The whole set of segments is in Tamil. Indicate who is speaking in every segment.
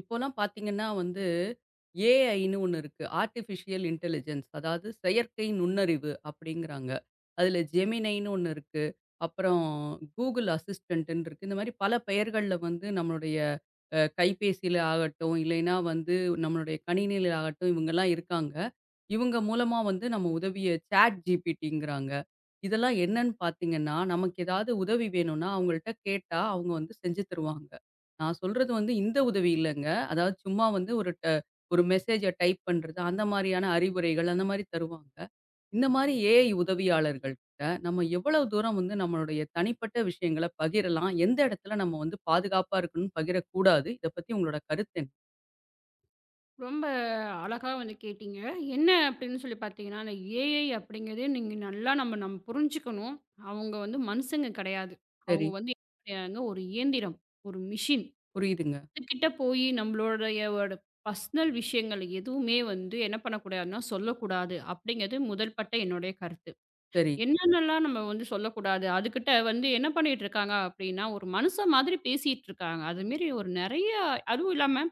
Speaker 1: இப்போலாம் பார்த்தீங்கன்னா ஏஐன்னு ஒண்ணு இருக்கு. ஆர்ட்டிஃபிஷியல் இன்டெலிஜென்ஸ் அதாவது செயற்கை நுண்ணறிவு அப்படிங்கிறாங்க. அதுல ஜெமினைன்னு ஒண்ணு இருக்கு. அப்புறம் கூகுள் அசிஸ்டன்ட்ன்னு இருக்கு. இந்த மாரி பல பெயர்கள்ல நம்மளுடைய கைபேசியில ஆகட்டும், இல்லைன்னா நம்மளுடைய கணினியில ஆகட்டும் இவங்கலாம் இருக்காங்க. இவங்க மூலமா நம்ம உதவிய சாட் ஜிபிடிங்கிறாங்க. இதெல்லாம் என்னன்னு பார்த்தீங்கன்னா, நமக்கு ஏதாவது உதவி வேணும்னா அவங்கள்ட்ட கேட்டா அவங்க செஞ்சு தருவாங்க. நான் சொல்றது இந்த உதவி இல்லங்க. அதாவது சும்மா ஒரு மெசேஜ டைப் பண்றது, அந்த மாரியான அறிவுரைகள், அந்த மாரி தருவாங்க. இந்த மாரி ஏஐ உதவியாளர்கள்ட்ட நம்ம எவ்வளவு தூரம் நம்மளுடைய தனிப்பட்ட விஷயங்கள பகிரலாம்? எந்த இடத்துல நம்ம பாதுகாப்பா இருக்கணும், பகிரக்கூடாது? இத பத்தி உங்களோட கருத்து என்ன?
Speaker 2: ரொம்ப அழகா வந்து கேட்டீங்க. என்ன அப்படின்னு சொல்லி பார்த்தீங்கன்னா, அந்த ஏஐ அப்படிங்கிறது நீங்க நல்லா நம்ம நம்ம புரிஞ்சுக்கணும். அவங்க வந்து மனுஷங்க கிடையாது.
Speaker 1: சரி.
Speaker 2: அவங்க வந்து என்ன செய்றாங்க, ஒரு இயந்திரம், ஒரு மிஷின்.
Speaker 1: புரியுதுங்க.
Speaker 2: அதுகிட்ட போய் நம்மளுடைய ஒரு பர்சனல் விஷயங்கள் எதுவுமே வந்து என்ன பண்ணக்கூடாதுன்னா, சொல்லக்கூடாது அப்படிங்கிறது முதல்பட்ட என்னுடைய கருத்து.
Speaker 1: சரி.
Speaker 2: என்னென்னலாம் நம்ம வந்து சொல்லக்கூடாது, அதுகிட்ட வந்து என்ன பண்ணிட்டு இருக்காங்க அப்படின்னா, ஒரு மனுஷன் மாதிரி பேசிட்டு இருக்காங்க. அதுமாரி ஒரு நெறைய அதுவும் இல்லாம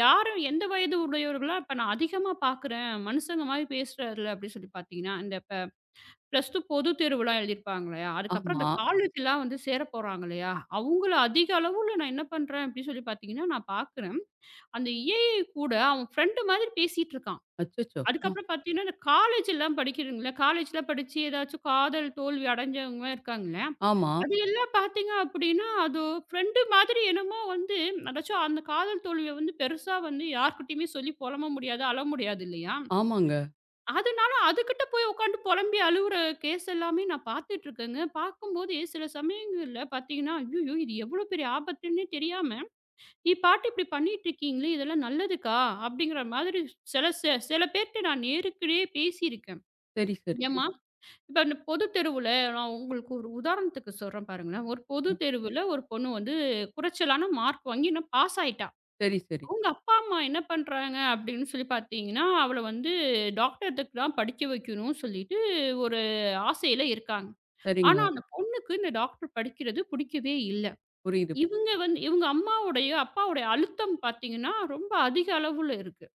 Speaker 2: யாரும் எந்த வயது உடையவர்களா இப்ப நான் அதிகமா பார்க்குறேன். மனுஷங்க மாரி பேசுறார்ல அப்படின்னு சொல்லி பார்த்தீங்கன்னா, இந்த இப்ப ப்ளஸ் 2 பொதுத் தேர்வுலாம் எழுதியிருப்பாங்க இல்லையா? அதுக்கப்புறம்
Speaker 1: ஆமா.
Speaker 2: இந்த காலேஜ்லாம் வந்து சேர போறாங்க இல்லையா? அவங்கள அதிக அளவுல நான் என்ன பண்றேன் அப்படின்னு சொல்லி பார்த்தீங்கன்னா, நான் பார்க்குறேன். அந்த ஏஐ கூட அவன் ஃப்ரெண்டு மாதிரி பேசிட்டு இருக்கான்.
Speaker 1: அச்சச்சோ! அ.
Speaker 2: அதுக்கப்புறம் பார்த்தீங்கன்னா, இந்த காலேஜ்லாம் படிக்கிறீங்கல்ல, காலேஜ்ல படிச்சு ஏதாச்சும் காதல் தோல்வி அடைஞ்சவங்க இருக்காங்க.
Speaker 1: ஆமா.
Speaker 2: அது எல்லாம் பார்த்தீங்க அப்படின்னா, அது ஃப்ரெண்டு மாதிரி என்னமோ வந்து அதாச்சும் அந்த காதல் தோல்விய வந்து பெருசா வந்து யார்கிட்டயுமே சொல்லி பொலம்ப முடியாது, அழ முடியாது இல்லையா?
Speaker 1: ஆமாங்க.
Speaker 2: அதனால அதுகிட்ட போய் உட்காந்து பொலம்பி அழுவுற கேஸ் எல்லாமே நான் பார்த்துட்டு இருக்கேங்க. பார்க்கும்போது சில சமயங்கள்ல பார்த்தீங்கன்னா, "ஐய்யய்யோ! இது எவ்வளோ பெரிய ஆபத்துன்னே தெரியாம, நீ பாட்டு இப்படி பண்ணிட்டுருக்கீங்களே! இதெல்லாம் நல்லதுக்கா?" அப்படிங்கிற மாதிரி சில பேர்ட்ட நான் நேருக்குள்ளேயே பேசியிருக்கேன்.
Speaker 1: சரி, சரி.
Speaker 2: "ஏம்மா இப்ப அந்த பொது தெருவுல நான் உங்களுக்கு ஒரு உதாரணத்துக்கு சொல்றேன் பாருங்களேன். ஒரு பொது தெருவுல ஒரு பொண்ணு வந்து குறைச்சலான மார்க் வாங்கி என்ன பாஸ் ஆயிட்டா.
Speaker 1: சரி, சரி.
Speaker 2: அவங்க அப்பா, அம்மா என்ன பண்றாங்க அப்படின்னு சொல்லி பார்த்தீங்கன்னா, அவள வந்து டாக்டர்துக்கு தான் படிக்க வைக்கணும்னு சொல்லிட்டு ஒரு ஆசையில இருக்காங்க. ஆனா
Speaker 1: சரிங்க.
Speaker 2: அந்த பொண்ணுக்கு இந்த டாக்டர் படிக்கிறது பிடிக்கவே இல்ல.
Speaker 1: புரியுது.
Speaker 2: இவங்க வந்து இவங்க அம்மாவுடைய, அப்பாவுடைய அழுத்தம் பார்த்தீங்கன்னா, ரொம்ப அதிக அளவுல இருக்கு.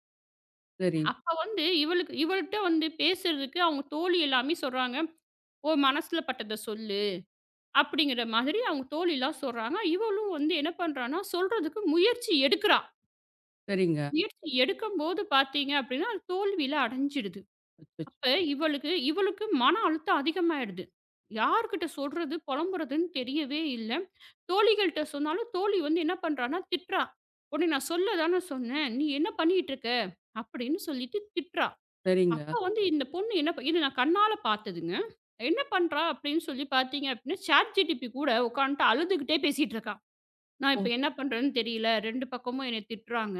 Speaker 1: சரி.
Speaker 2: அப்ப வந்து இவளுக்கு இவள்ட்ட வந்து பேசுறதுக்கு அவங்க தோழி எல்லாமே சொல்றாங்க, "உன் மனசுல பட்டத சொல்லு." அப்படிங்கிற மாதிரி அவங்க தோழிலாம் சொல்றாங்க. இவளும் வந்து என்ன பண்றான்னா, சொல்றதுக்கு முயற்சி எடுக்கிறா.
Speaker 1: சரிங்க.
Speaker 2: முயற்சி எடுக்கும்போது பார்த்தீங்க அப்படின்னா, அது தோல்வியில அடைஞ்சிடுது.
Speaker 1: அச்சச்சோ!
Speaker 2: அப்ப இவளுக்கு இவளுக்கு மன அழுத்தம் அதிகமாயிடுது. யார்கிட்ட சொல்றது, புலம்புறதுன்னு தெரியவே இல்ல. தோழிகள்ட்ட சொன்னாலும் தோழி வந்து என்ன பண்றான்னா திட்றா. உன்னை நான் சொல்ல தானே சொன்னேன். நீ என்ன பண்ணிட்டு இருக்க? அப்படின்னு சொல்லிட்டு திட்றா.
Speaker 1: சரிங்க.
Speaker 2: அப்ப வந்து இந்த பொண்ணு என்ன ப இது நான் கண்ணால பார்த்ததுங்க. என்ன பண்றா அப்படின்னு சொல்லி பார்த்தீங்க அப்படின்னா, ChatGTP கூட உட்காந்துட்டு அழுதுகிட்டே பேசிட்டு இருக்கா. நான்
Speaker 1: ஓ!
Speaker 2: இப்ப என்ன பண்றேன்னு தெரியல. 2 பக்கமும் என்னை திட்டுறாங்க.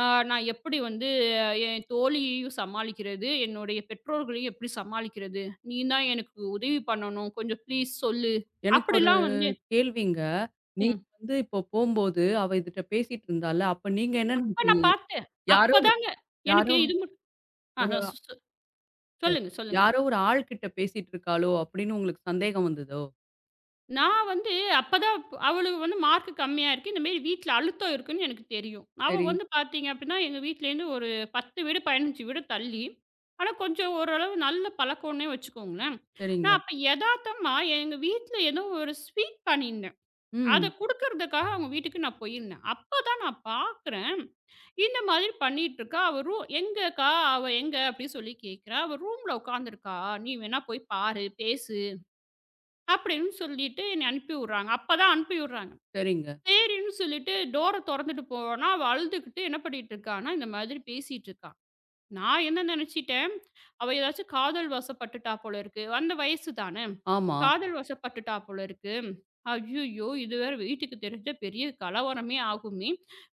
Speaker 2: ஆ நான் எப்படி வந்து என் தோழியையும் சமாளிக்கிறது, என்னுடைய பெற்றோர்களையும் எப்படி சமாளிக்கிறது? நீ தான் எனக்கு உதவி பண்ணணும். கொஞ்சம் ப்ளீஸ் சொல்லு.
Speaker 1: எனக்கு
Speaker 2: அப்படிலாம் வந்து
Speaker 1: கேள்விங்க. நீங்க
Speaker 2: ம்.
Speaker 1: இப்போ போம்போது, அவ இதுட்ட பேசிட்டு இருந்தால்ல, அப்ப நீங்க என்ன
Speaker 2: அப்ப
Speaker 1: நெனச்சீங்க?
Speaker 2: நான் பார்த்தேன்.
Speaker 1: யாரோ
Speaker 2: அப்பதாங்க
Speaker 1: யாரோ
Speaker 2: எனக்கு இது மட் ஆ
Speaker 1: ஒரு
Speaker 2: சொ சொ சொல்லுங்க, சொல்லுங்க.
Speaker 1: யாரோ ஒரு ஆள் கிட்ட பேசிட்டு இருக்காளோ! அப்படின்னு உங்களுக்கு சந்தேகம் வந்ததோ?
Speaker 2: நான் வந்து அப்பதான் அவளுக்கு வந்து மார்க் கம்மியா இருக்கு. இந்த மாரி வீட்ல அழுத்தம் இருக்குன்னு எனக்கு தெரியும். அவ
Speaker 1: சரி,
Speaker 2: வந்து பார்த்தீங்க அப்டின்னா, எங்க வீட்லேருந்து ஒரு 10 வீடு, 15 வீடு தள்ளி. ஆனா கொஞ்சம் ஓரளவு நல்ல பழக்கம்னே வச்சுக்கோங்களேன்.
Speaker 1: சரிங்க.
Speaker 2: நான் அப்ப எதார்த்தமா எங்க வீட்ல ஏதோ ஒரு ஸ்வீட் பண்ணியிருந்தேன். அத
Speaker 1: ம்.
Speaker 2: குடுக்கறதுக்காக அவங்க வீட்டுக்கு நான் போயிருந்தேன். அப்பதான் நான் பார்க்குறேன், இந்த மாதிரி பண்ணிட்டுருக்கா. அவ ரூ "எங்கக்கா? அவ எங்க?" அப்டின்னு சொல்லி கேட்குறா. "அவ ரூம்ல உட்காந்துருக்கா. நீ வேணா போய் பாரு, பேசு." அப்படின்னு சொல்லிட்டு என்னைய அனுப்பி விடுறாங்க. அப்பதான் அனுப்பி விடுறாங்க.
Speaker 1: சரிங்க.
Speaker 2: சரின்னு சொல்லிட்டு டோர தொறந்துட்டு போனா, அவ அழுதுகிட்டு என்ன பண்ணிட்டு இருக்கான்னா, இந்த மாதிரி பேசிட்டு இருக்கா. நான் என்ன நெனச்சுட்டேன், அவ ஏதாச்சும் காதல் வசப்பட்டுட்டா போல இருக்கு. அந்த வயசு தான.
Speaker 1: ஆமா.
Speaker 2: காதல் வசப்பட்டுட்டா போல இருக்கு. ஐய்யய்யோ! இது வேற வீட்டுக்கு தெரிஞ்சா பெரிய கலவரமே ஆகுமே!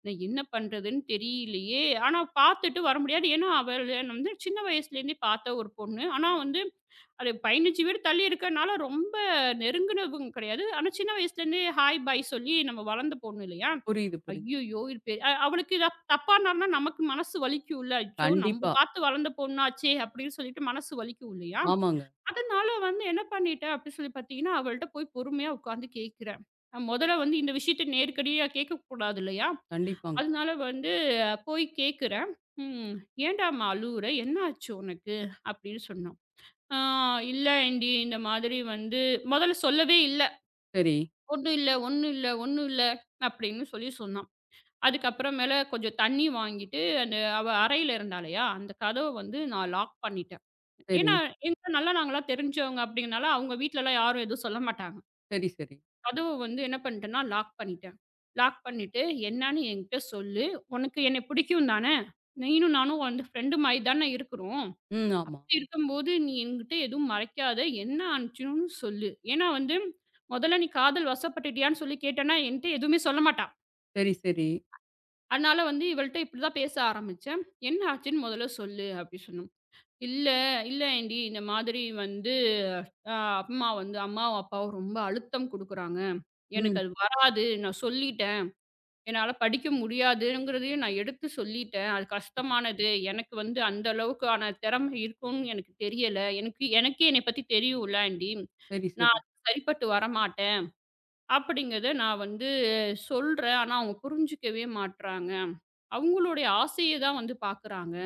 Speaker 2: நான் என்ன பண்றதுன்னு தெரியலையே! ஆனா பார்த்துட்டு வர முடியாது. ஏன்னா, அவள வந்து சின்ன வயசுலேருந்தே பார்த்த ஒரு பொண்ணு. ஆனா வந்து அது 15 வீடு தள்ளி இருக்கனால ரொம்ப நெருங்குனவங்க கிடையாது. ஆனா சின்ன வயசுலேருந்தே ஹாய், பாய் சொல்லி நம்ம வளர்ந்த பொண்ணு இல்லையா?
Speaker 1: புரியுது, புரியுது.
Speaker 2: ஐய்யய்யோ! இது பெ அ அவளுக்கு இத தப்பானான்னா நமக்கு மனசு வலிக்கும்ல. அச்சோ! நம்ம
Speaker 1: கண்டிப்பா.
Speaker 2: பார்த்து வளர்ந்த பொண்ணாச்சே! அப்படின்னு சொல்லிட்டு மனசு வலிக்கும் இல்லையா?
Speaker 1: ஆமாங்க.
Speaker 2: அதனால வந்து என்ன பண்ணிட்டேன் அப்படி சொல்லி பார்த்தீங்கன்னா, அவள்ட்ட போய் பொறுமையா உட்காந்து கேட்கிறேன். முதல்ல வந்து இந்த விஷயத்த நேரடியா கேட்கக்கூடாது இல்லையா?
Speaker 1: கண்டிப்பாங்க.
Speaker 2: அதனால வந்து போய் கேட்கிறேன். "ம். ஏன்டாம்மா அழுவுற? என்ன ஆச்சு உனக்கு?" அப்படின்னு சொன்னா. "ஆ இல்ல ஆன்ட்டி இந்த மாதிரி வந்து" முதல்ல சொல்லவே இல்ல.
Speaker 1: சரி,
Speaker 2: "ஒண்ணும் இல்ல, ஒண்ணும் இல்ல, ஒண்ணும் இல்ல" அப்படின்னு சொல்லி சொன்னா. அதுக்கப்புறமேல கொஞ்சம் தண்ணி வாங்கிட்டு அந்த அவ அறையில இருந்தா இல்லையா? அந்த கதவ வந்து நான் லாக் பண்ணிட்டேன்.
Speaker 1: சரி,
Speaker 2: ஏன்னா, எங்க நல்லா நாங்களா தெரிஞ்சவங்க அப்படிங்கனால, அவங்க வீட்லலாம் யாரும் எதுவும் சொல்ல மாட்டாங்க.
Speaker 1: சரி, சரி.
Speaker 2: கதவு வந்து என்ன பண்ணிட்டேன்னா, லாக் பண்ணிட்டேன். லாக் பண்ணிட்டு, "என்னான்னு என்கிட்ட சொல்லு. உனக்கு என்னை பிடிக்கும் தானே? நீயும் நானும் வந்து ஃப்ரெண்டு மாரி தானே இருக்கிறோம்.
Speaker 1: ம். ஆமா.
Speaker 2: அப்படி இருக்கும்போது, நீ என்கிட்ட எதுவும் மறைக்காத. என்ன ஆச்சுன்னு சொல்லு." ஏன்னா வந்து, "முதல்ல நீ காதல் வசப்பட்டுட்டியான்னு சொல்லி கேட்டேன்னா, என்ட்ட எதுவுமே சொல்ல மாட்டா.
Speaker 1: சரி, சரி.
Speaker 2: அதனால வந்து இவள்ட்ட இப்படிதான் பேச ஆரம்பிச்சேன். என்ன ஆச்சுன்னு முதல்ல சொல்லு." அப்படி சொன்னோம். "இல்ல, இல்ல ஆன்ட்டி. இந்த மாதிரி வந்து ஆ அம்மா வந்து அம்மாவும், அப்பாவும் ரொம்ப அழுத்தம் குடுக்குறாங்க. எனக்கு
Speaker 1: ம்.
Speaker 2: அது வராது. நான் சொல்லிட்டேன். என்னால படிக்க முடியாதுங்கிறதையும் நான் எடுத்து சொல்லிட்டேன். அது கஷ்டமானது. எனக்கு வந்து அந்த அளவுக்கான திறமை இருக்கும்னு எனக்கு தெரியல. எனக்கு எனக்கே என்னைய பத்தி தெரியும்லாண்டி.
Speaker 1: சரி,
Speaker 2: நான்
Speaker 1: சரி.
Speaker 2: அதுக்கு சரிப்பட்டு வரமாட்டேன். அப்படிங்கிறத நான் வந்து சொல்றேன். ஆனா அவங்க புரிஞ்சுக்கவே மாட்றாங்க. அவங்களுடைய ஆசைய தான் வந்து பாக்குறாங்க.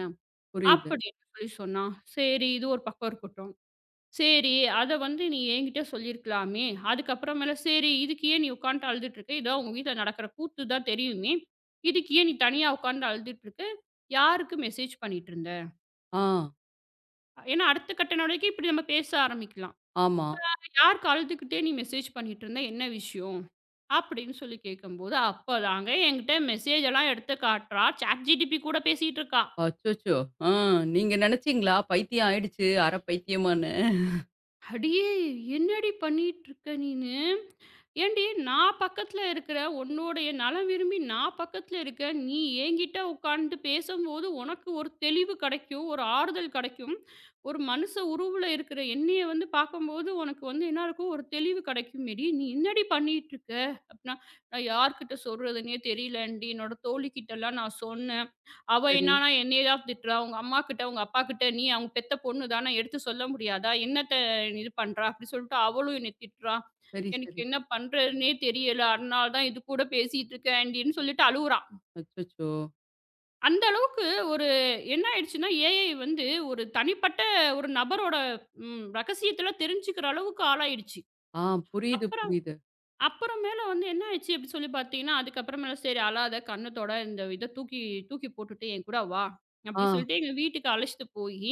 Speaker 1: புரியுது.
Speaker 2: அப்படின்னு சொல்லி சொன்னா. சரி இது ஒரு பக்கம் இருக்கட்டும். சரி. அத வந்து நீ என்கிட்ட சொல்லியிருக்கலாமே! அதுக்கப்புறமேல சரி இதுக்கு ஏன் நீ உட்காந்துட்டு அழுதுட்டு இருக்க? இதான் உங்க வீட்ல நடக்கிற கூத்து தான் தெரியுமே! இதுக்கு ஏன் நீ தனியா உட்காந்து அழுதுட்டு இருக்க? யாருக்கு மெசேஜ் பண்ணிட்டு இருந்த?
Speaker 1: ஆ.
Speaker 2: ஏன்னா அடுத்த கட்ட நடவடிக்கை இப்படி நம்ம பேச ஆரம்பிக்கலாம்.
Speaker 1: ஆமா.
Speaker 2: யாருக்கு அழுதுகிட்டே நீ மெசேஜ் பண்ணிட்டு இருந்த? என்ன விஷயம்? அப்படின்னு சொல்லி கேட்கும்போது, அப்பதாங்க என்கிட்ட மெசேஜ் எல்லாம் எடுத்து காட்டுறா. ChatGTP கூட பேசிட்டு இருக்கா.
Speaker 1: அச்சச்சோ! ஆ. நீங்க நெனச்சீங்களா? பைத்தியம் ஆயிடுச்சு. அரை பைத்தியமான்னு.
Speaker 2: "அடியே! என்னடி பண்ணிட்டு இருக்க நீனு?" ஏன்டி நான் பக்கத்துல இருக்கிற உன்னுடைய நலம் விரும்பி நான் பக்கத்துல இருக்க நீ என்கிட்ட உட்கார்ந்து பேசும்போது உனக்கு ஒரு தெளிவு கிடைக்கும் ஒரு ஆறுதல் கிடைக்கும் ஒரு மனுஷ உருவுல இருக்கிற என்னைய வந்து பார்க்கும்போது உனக்கு வந்து என்ன இருக்கும் ஒரு தெளிவு கிடைக்கும் மாரி நீ என்னடி பண்ணிட்டு இருக்க அப்படின்னா நான் யார்கிட்ட சொல்றதுன்னே தெரியலண்டி என்னோட தோழிக்கிட்ட எல்லாம் நான் சொன்னேன் அவ
Speaker 1: சரி,
Speaker 2: என்னன்னா என்னைய தான் திட்டுறா உங்க அம்மா கிட்ட உங்க அப்பா கிட்ட நீ அவங்க பெத்த பொண்ணு தானே எடுத்து சொல்ல முடியாதா என்னத்த இது பண்றா அப்படி சொல்லிட்டு அவளும் என்னை திட்டுறா
Speaker 1: சரி,
Speaker 2: எனக்கு
Speaker 1: சரி.
Speaker 2: என்ன பண்றதுன்னே தெரியல. அதனால தான் இது கூட பேசிட்டு இருக்கேன் ஆன்டின்னு சொல்லிட்டு அழுவுறான்.
Speaker 1: அச்சச்சோ!
Speaker 2: அந்த அளவுக்கு ஒரு என்ன ஆயிடுச்சுன்னா, ஏஐ வந்து ஒரு தனிப்பட்ட ஒரு நபரோட ரகசியத்தலாம் தெரிஞ்சுக்கிற அளவுக்கு ஆளாயிடுச்சு.
Speaker 1: ஆ
Speaker 2: அப்ப
Speaker 1: புரியுது, புரியுது.
Speaker 2: அப்புறமேல வந்து என்ன ஆயிடுச்சு அப்படி சொல்லி பார்த்தீங்கன்னா, அதுக்கப்புறமேல சரி அழாத, கண்ண தொட, இந்த இத தூக்கி தூக்கி போட்டுட்டு என் கூட வா!
Speaker 1: ஆ
Speaker 2: அப்படி சொல்லிட்டு எங்க வீட்டுக்கு அழைச்சிட்டு போயி,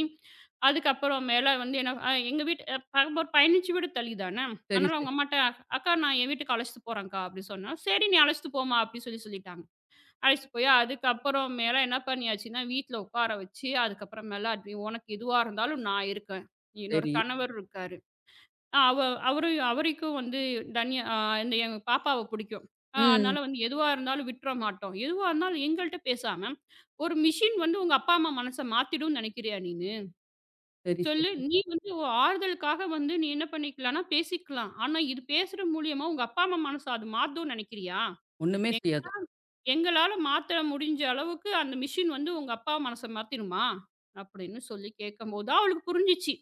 Speaker 2: அதுக்கப்புறமேல வந்து என்ன அ எங்க வீட்டு அ பாக்கும்போ ஒரு 15 வீடு தள்ளி தான.
Speaker 1: சரி,
Speaker 2: அதனால அவங்க
Speaker 1: சரி,
Speaker 2: அம்மாட்ட, "அக்கா நான் என் வீட்டுக்கு அழைச்சிட்டு போறேன்க்கா" அப்படி சொன்னா, "சரி நீ அழைச்சிட்டு போம்மா" அப்படி சொல்லி சொல்லிட்டாங்க. அழைச்சிட்டு போய் அதுக்கப்புறமேல என்ன பண்ணியாச்சுன்னா, வீட்ல உட்கார வச்சு, அதுக்கப்புறமேல அது "உனக்கு எதுவா இருந்தாலும் நான் இருக்கேன். என்னோட
Speaker 1: சரி.
Speaker 2: கணவர் இருக்காரு." ஆ அவ அவரு அவருக்கும் வந்து தனியா ஆ இந்த எங்க பாப்பாவ புடிக்கும். அதனால
Speaker 1: ம்.
Speaker 2: வந்து எதுவா இருந்தாலும் விட்டுற மாட்டோம். எதுவா இருந்தாலும் எங்கள்ட்ட பேசாம, "ஒரு மிஷின் வந்து உங்க அப்பா, அம்மா மனச மாத்திடும்னு நெனைக்கிறியா நீனு?
Speaker 1: சரி, சரி.
Speaker 2: சொல்லு. நீ வந்து உன் ஆறுதலுக்காக வந்து நீ என்ன பண்ணிக்கலாம்னா பேசிக்கலாம். ஆனா இது பேசுற மூலியமா உங்க அப்பா, அம்மா மனச அது மாத்தும்னு நெனைக்கிறியா?
Speaker 1: ஒண்ணுமே
Speaker 2: எ
Speaker 1: செய்யாது.
Speaker 2: எங்களால மாத்த முடிஞ்ச அளவுக்கு அந்த மிஷின் வந்து உங்க அப்பா மனச மாத்திருமா?" அப்படின்னு சொல்லி கேட்கும்போது தான் அவளுக்கு புரிஞ்சுச்சு.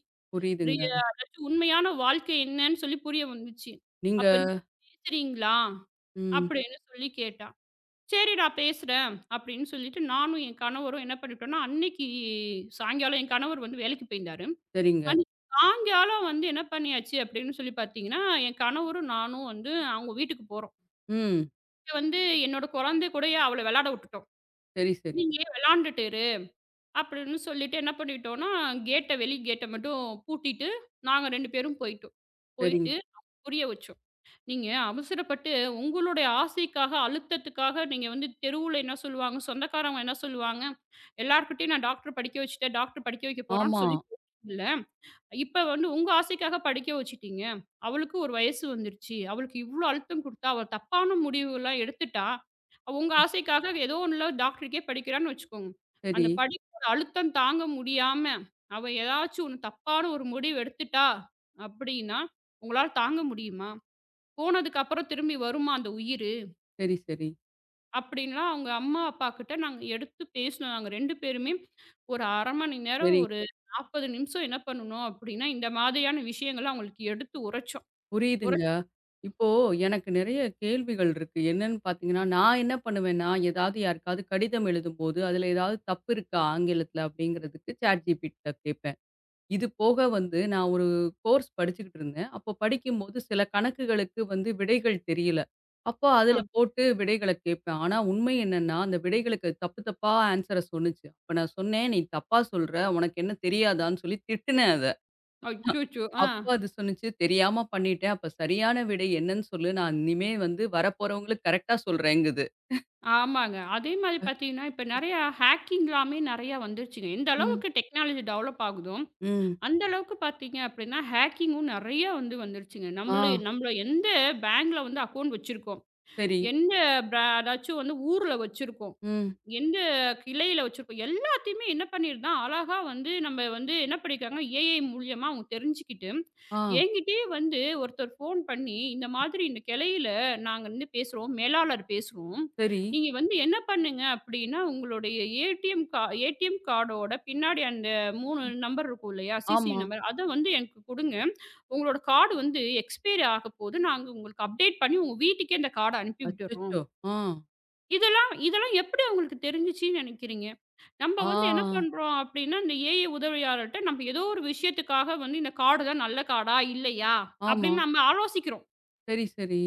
Speaker 2: ரிய
Speaker 1: புரியுதுங்க.
Speaker 2: அதாச்சும் உண்மையான வாழ்க்கை என்னன்னு சொல்லி புரிய வந்துச்சு.
Speaker 1: நீங்க
Speaker 2: "அப்ப நீங்க பேசுறீங்களா?"
Speaker 1: ம்.
Speaker 2: அப்படின்னு சொல்லி கேட்டா. "சரிடா பேசுறேன்" அப்படின்னு சொல்லிட்டு நானும் என் கணவரும் என்ன பண்ணிட்டோம்னா, அன்னைக்கு சாயங்காலம் என் கணவர் வந்து வேலைக்கு போயிருந்தாரு.
Speaker 1: சரிங்க.
Speaker 2: அன்னைக்கு சாயங்காலம் வந்து என்ன பண்ணியாச்சு அப்படின்னு சொல்லி பார்த்தீங்கன்னா, என் கணவரும் நானும் வந்து அவங்க வீட்டுக்கு போறோம்.
Speaker 1: ம்.
Speaker 2: இங்க வந்து என்னோட குழந்தை கூடயே அவள விளையாட விட்டுட்டோம்.
Speaker 1: சரி, சரி,
Speaker 2: "நீயே விளையாண்டுட்டு இரு" அப்படின்னு சொல்லிட்டு என்ன பண்ணிட்டோம்னா, கேட்ட வெளி கேட்ட மட்டும் பூட்டிட்டு நாங்க 2 பேரும் போயிட்டோம்.
Speaker 1: சரிங்க.
Speaker 2: போயிட்டு புரிய வச்சோம். நீங்க அவசரப்பட்டு உங்களுடைய ஆசைக்காக, அழுத்தத்துக்காக நீங்க வந்து தெருவுல என்ன சொல்லுவாங்க, சொந்தக்காரவங்க என்ன சொல்லுவாங்க, எல்லார்கிட்டயும் நான் டாக்டர் படிக்க வச்சுட்டேன், டாக்டர் படிக்க வைக்க போறான்னு
Speaker 1: ஆமா.
Speaker 2: சொல்லி இல்ல. இப்ப வந்து உங்க ஆசைக்காக படிக்க வச்சுட்டீங்க. அவளுக்கு ஒரு வயசு வந்துருச்சு. அவளுக்கு இவ்ளோ அழுத்தம் குடுத்தா, அவ தப்பான முடிவுலாம் எடுத்துட்டா, அவ உங்க ஆசைக்காக ஏதோ ஒண்ணுல டாக்டருக்கே படிக்கிறான்னு வச்சுக்கோங்க.
Speaker 1: சரி,
Speaker 2: அந்த படிப்போட அழுத்தம் தாங்க முடியாம, அவ ஏதாச்சும் ஒண்ணு தப்பான ஒரு முடிவு எடுத்துட்டா அப்படின்னா, உங்களால தாங்க முடியுமா? போனதுக்கப்புறம் திரும்பி வருமா அந்த உயிரு?
Speaker 1: சரி, சரி,
Speaker 2: அப்படின்லாம் அவங்க அம்மா, அப்பா கிட்ட நாங்க எடுத்து பேசினோம். நாங்க 2 பேருமே ஒரு 1/2 மணி நேரம்,
Speaker 1: சரி.
Speaker 2: ஒரு 40 நிமிஷம் என்ன பண்ணுனோம் அப்படின்னா, இந்த மாதிரியான விஷயங்கள அவங்களுக்கு எடுத்து உரைச்சோம்.
Speaker 1: புரியுதுங்க.
Speaker 2: உரைச்சு
Speaker 1: இப்போ எனக்கு நெறைய கேள்விகள் இருக்கு. என்னன்னு பார்த்தீங்கன்னா, நான் என்ன பண்ணுவேன்னா, ஏதாவது யாருக்காவது கடிதம் எழுதும்போது, அதில ஏதாவது தப்பு இருக்கா ஆங்கிலத்தில அப்படிங்கிறதுக்கு ChatGPT ட்ட கேட்பேன். இது போக நான் ஒரு கோர்ஸ் படிச்சுக்கிட்டு இருந்தேன். அப்போ படிக்கும்போது சில கணக்குகளுக்கு விடைகள் தெரியல. அப்போ அதில
Speaker 2: ஆ
Speaker 1: போட்டு விடைகள கேட்பேன். ஆனா உண்மை என்னன்னா, அந்த விடைகளுக்கு தப்பு தப்பா ஆன்ஸர சொன்னுச்சு. அப்ப நான் சொன்னேன், "நீ தப்பா சொல்ற. உனக்கு என்ன தெரியாதான்னு?" சொல்லி திட்டுனேன் அத.
Speaker 2: அச்சச்சோ! ஆ
Speaker 1: அப்போ அது சொன்னுச்சு, "தெரியாம பண்ணிட்டேன். அப்ப சரியான விடை என்னன்னு சொல்லு. நான் இனிமே வரப்போறவங்களுக்கு கரெக்ட்டா சொல்றேங்குது."
Speaker 2: ஆமாங்க. அதே மாரி பார்த்தீங்கன்னா, இப்ப நெறையா ஹேக்கிங்லாமே நெறையா வந்துருச்சுங்க. எந்த
Speaker 1: ம்.
Speaker 2: அளவுக்கு டெக்னாலஜி டெவலப் ஆகுதோ,
Speaker 1: ம்.
Speaker 2: அந்த அளவுக்கு பார்த்தீங்க அப்படின்னா, ஹேக்கிங்கும் நெறையா வந்துருச்சுங்க.
Speaker 1: ஆ
Speaker 2: நம்மள நம்மள எந்த பேங்க்ல வந்து அக்கவுண்ட் வச்சிருக்கோம்,
Speaker 1: சரி.
Speaker 2: எந்த ப்ரா ஏதாச்சும் வந்து ஊர்ல வச்சிருக்கோம்.
Speaker 1: ம்.
Speaker 2: எந்த கிளையில வச்சிருக்கோம் எல்லாத்தையுமே என்ன பண்ணியிருந்தான், அழகா வந்து நம்ம வந்து என்ன பண்ணியிருக்காங்க, ஏஐ மூலியமா அவங்க தெரிஞ்சுக்கிட்டு,
Speaker 1: ஆ
Speaker 2: என்கிட்டயே வந்து ஒருத்தர் ஃபோன் பண்ணி, "இந்த மாதிரி இந்த கிளையில நாங்க வந்து பேசுறோம். மேலாளர் பேசுறோம்.
Speaker 1: சரி.
Speaker 2: நீங்க வந்து என்ன பண்ணுங்க அப்படின்னா, உங்களுடைய ஏடிஎம் கார்டோட பின்னாடி அந்த 3 நம்பர் இருக்கும் இல்லையா? சிசிவி
Speaker 1: ஆமா.
Speaker 2: நம்பர். அத வந்து எனக்கு குடுங்க. உங்களோட கார்டு வந்து எக்ஸ்பைரி ஆகப்போது. நாங்க உங்களுக்கு அப்டேட் பண்ணி உங்க வீட்டுக்கே அந்த கார்ட அனுப்பி விட்டுர்றோம்."
Speaker 1: அச்சச்சோ! ஆ.
Speaker 2: இதெல்லாம் இதெல்லாம் எப்படி அவங்களுக்கு தெரிஞ்சுச்சுன்னு நினைக்கிறீங்க? நம்ம
Speaker 1: ஆ.
Speaker 2: வந்து என்ன பண்றோம் அப்படின்னா, இந்த ஏஐ உதவியாளர்ட்ட நம்ம ஏதோ ஒரு விஷயத்துக்காக வந்து இந்த கார்டு தான் நல்ல கார்டா? இல்லையா?
Speaker 1: ஆமா.
Speaker 2: அப்படின்னு நம்ம ஆலோசிக்கிறோம்.
Speaker 1: சரி, சரி.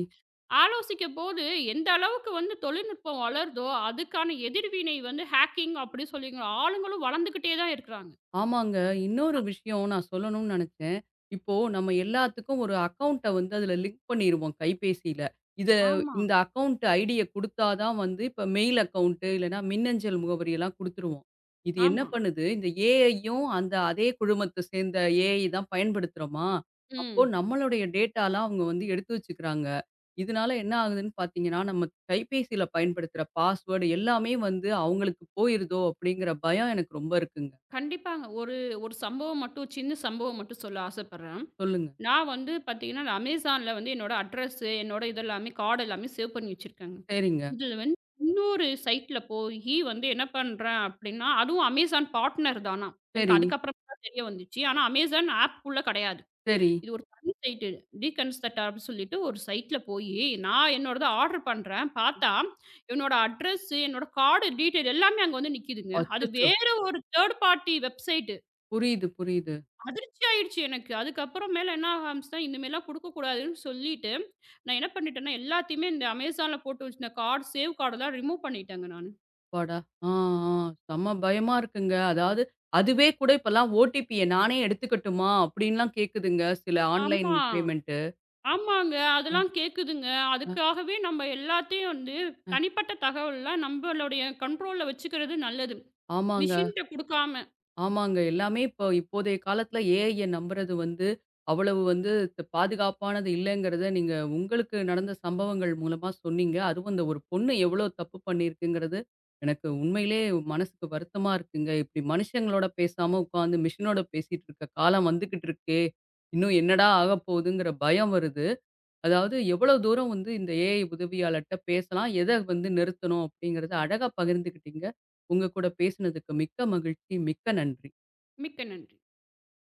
Speaker 2: ஆலோசிக்கும்போது எந்த அளவுக்கு வந்து தொழில்நுட்பம் வளருதோ, அதுக்கான எதிர்வினை வந்து ஹேக்கிங் அப்படி சொல்லிங்க ஆளுங்களும் வளர்ந்துகிட்டே தான் இருக்கிறாங்க.
Speaker 1: ஆமாங்க. இன்னொரு விஷயம் நான் சொல்லணும்னு நெனச்சேன். இப்போ நம்ம எல்லாத்துக்கும் ஒரு அக்கவுண்ட்ட அதுல லிங்க் பண்ணிருவோம் கைபேசியில. இத
Speaker 2: ஆமா,
Speaker 1: இந்த அக்கவுண்ட் ஐடிய குடுத்தா தான் இப்ப மெயில் அக்கவுண்ட் இல்லன்னா மின்னஞ்சல் முகவரியெல்லாம் குடுத்துருவோம். இது என்ன
Speaker 2: ஆமா.
Speaker 1: பண்ணுது, இந்த ஏஐயும் அந்த அதே குழுமத்த சேர்ந்த ஏஐ தான் பயன்படுத்துறோமா, அப்போ
Speaker 2: ம்.
Speaker 1: நம்மளுடைய டேட்டாலாம் அவங்க எடுத்து வச்சுக்கிறாங்க. இதனால என்ன ஆகுதுன்னு பார்த்தீங்கன்னா, நம்ம கைபேசியில பயன்படுத்துற பாஸ்வேர்ட் எல்லாமே அவங்களுக்கு போயிருதோ அப்படிங்கிற பயம் எனக்கு ரொம்ப இருக்குங்க.
Speaker 2: கண்டிப்பாங்க. ஒரு ஒரு சம்பவம் மட்டும் சின்ன சம்பவம் மட்டும் சொல்ல ஆசைப்படுறேன்.
Speaker 1: சொல்லுங்க.
Speaker 2: நான் வந்து பார்த்தீங்கன்னா, நான் Amazonல வந்து என்னோட அட்ரஸு, என்னோட இதெல்லாமே கார்டு எல்லாமே சேவ் பண்ணி வச்சிருக்கேங்க.
Speaker 1: சரிங்க.
Speaker 2: இதுல வந்து இன்னொரு சைட்ல போயி வந்து என்ன பண்றேன் அப்டின்னா, அதுவும் Amazon பார்ட்னர் தானாம். எனக்கு
Speaker 1: சரி,
Speaker 2: அதுக்கப்புறமா தான் தெரிய வந்துச்சு. ஆனா Amazon ஆப்க்குள்ள கெடையாது.
Speaker 1: சரி.
Speaker 2: இது ஒரு தனி சைட்டு. டீகன்ஸ்ட்ரக்ட் அப்டின்னு சொல்லிட்டு ஒரு சைட்ல போயி, நான் என்னோடத ஆர்டர் பண்றேன். பார்த்தா, என்னோட அட்ரஸு, என்னோட கார்டு டீட்டெயில் எல்லாமே அங்க வந்து நிக்குதுங்க. அது
Speaker 1: அச்சச்சோ!
Speaker 2: வேற ஒரு தேர்ட் பார்ட்டி வெப்சைட்.
Speaker 1: புரியுது, புரியுது.
Speaker 2: அதிர்ச்சி ஆயிடுச்சு எனக்கு. அதுக்கப்புறமேல என்ன ஆக ஆரம்பிச்சுட்டேன், இனிமேலாம் குடுக்கக்கூடாதுன்னு சொல்லிட்டு, நான் என்ன பண்ணிட்டேன்னா, எல்லாத்தையுமே இந்த Amazonல போட்டு வச்சிருந்த கார்ட், சேவ் கார்டெல்லாம் ரிமூவ் பண்ணிட்டேங்க நானு.
Speaker 1: அப்பாடா! ஆ, ஆ. செம்ம பயமா இருக்குங்க. அதாவது அதுவே கூட இப்பலாம் ஓடிபிய நானே எடுத்துக்கட்டுமா? அப்படின்லாம் கேட்குதுங்க சில ஆன்லைன்
Speaker 2: ஆமா.
Speaker 1: பேமெண்ட்டு.
Speaker 2: ஆமாங்க.
Speaker 1: ம்.
Speaker 2: அதெல்லாம் கேட்குதுங்க.
Speaker 1: அ
Speaker 2: அதுக்காகவே நம்ம எல்லாத்தையும் வந்து தனிப்பட்ட தகவல்லாம் நம்பளுடைய கண்ட்ரோல்ல வச்சுக்கிறது நல்லது.
Speaker 1: ஆமாங்க.
Speaker 2: மிஷின்ட்ட குடுக்காம.
Speaker 1: ஆமாங்க. எல்லாமே இப்போ இப்போதைய காலத்தில ஏஐய நம்புறது அவ்வளவு வந்து பாதுகாப்பானது இல்லங்கிறத நீங்க உங்களுக்கு நடந்த சம்பவங்கள் மூலமா சொன்னீங்க. அதுவும் இந்த ஒரு பொண்ணு எவ்வளோ தப்பு பண்ணியிருக்குங்கிறது, எனக்கு உண்மையிலே மனசுக்கு வருத்தமா இருக்குங்க. இப்படி மனுஷங்களோட பேசாம உட்காந்து மிஷினோட பேசிட்டு இருக்க காலம் வந்துகிட்டு இருக்கே! இன்னும் என்னடா ஆகப்போகுதுங்கிற பயம் வருது. அதாவது எவ்வளோ தூரம் இந்த ஏஐ உதவியாளர்ட்ட பேசலாம், எத நிறுத்தணும் அப்படிங்கிறத அழகா பகிர்ந்துக்கிட்டீங்க. உங்க கூட பேசினதுக்கு மிக்க மகிழ்ச்சி. மிக்க நன்றி.
Speaker 2: மிக்க நன்றி.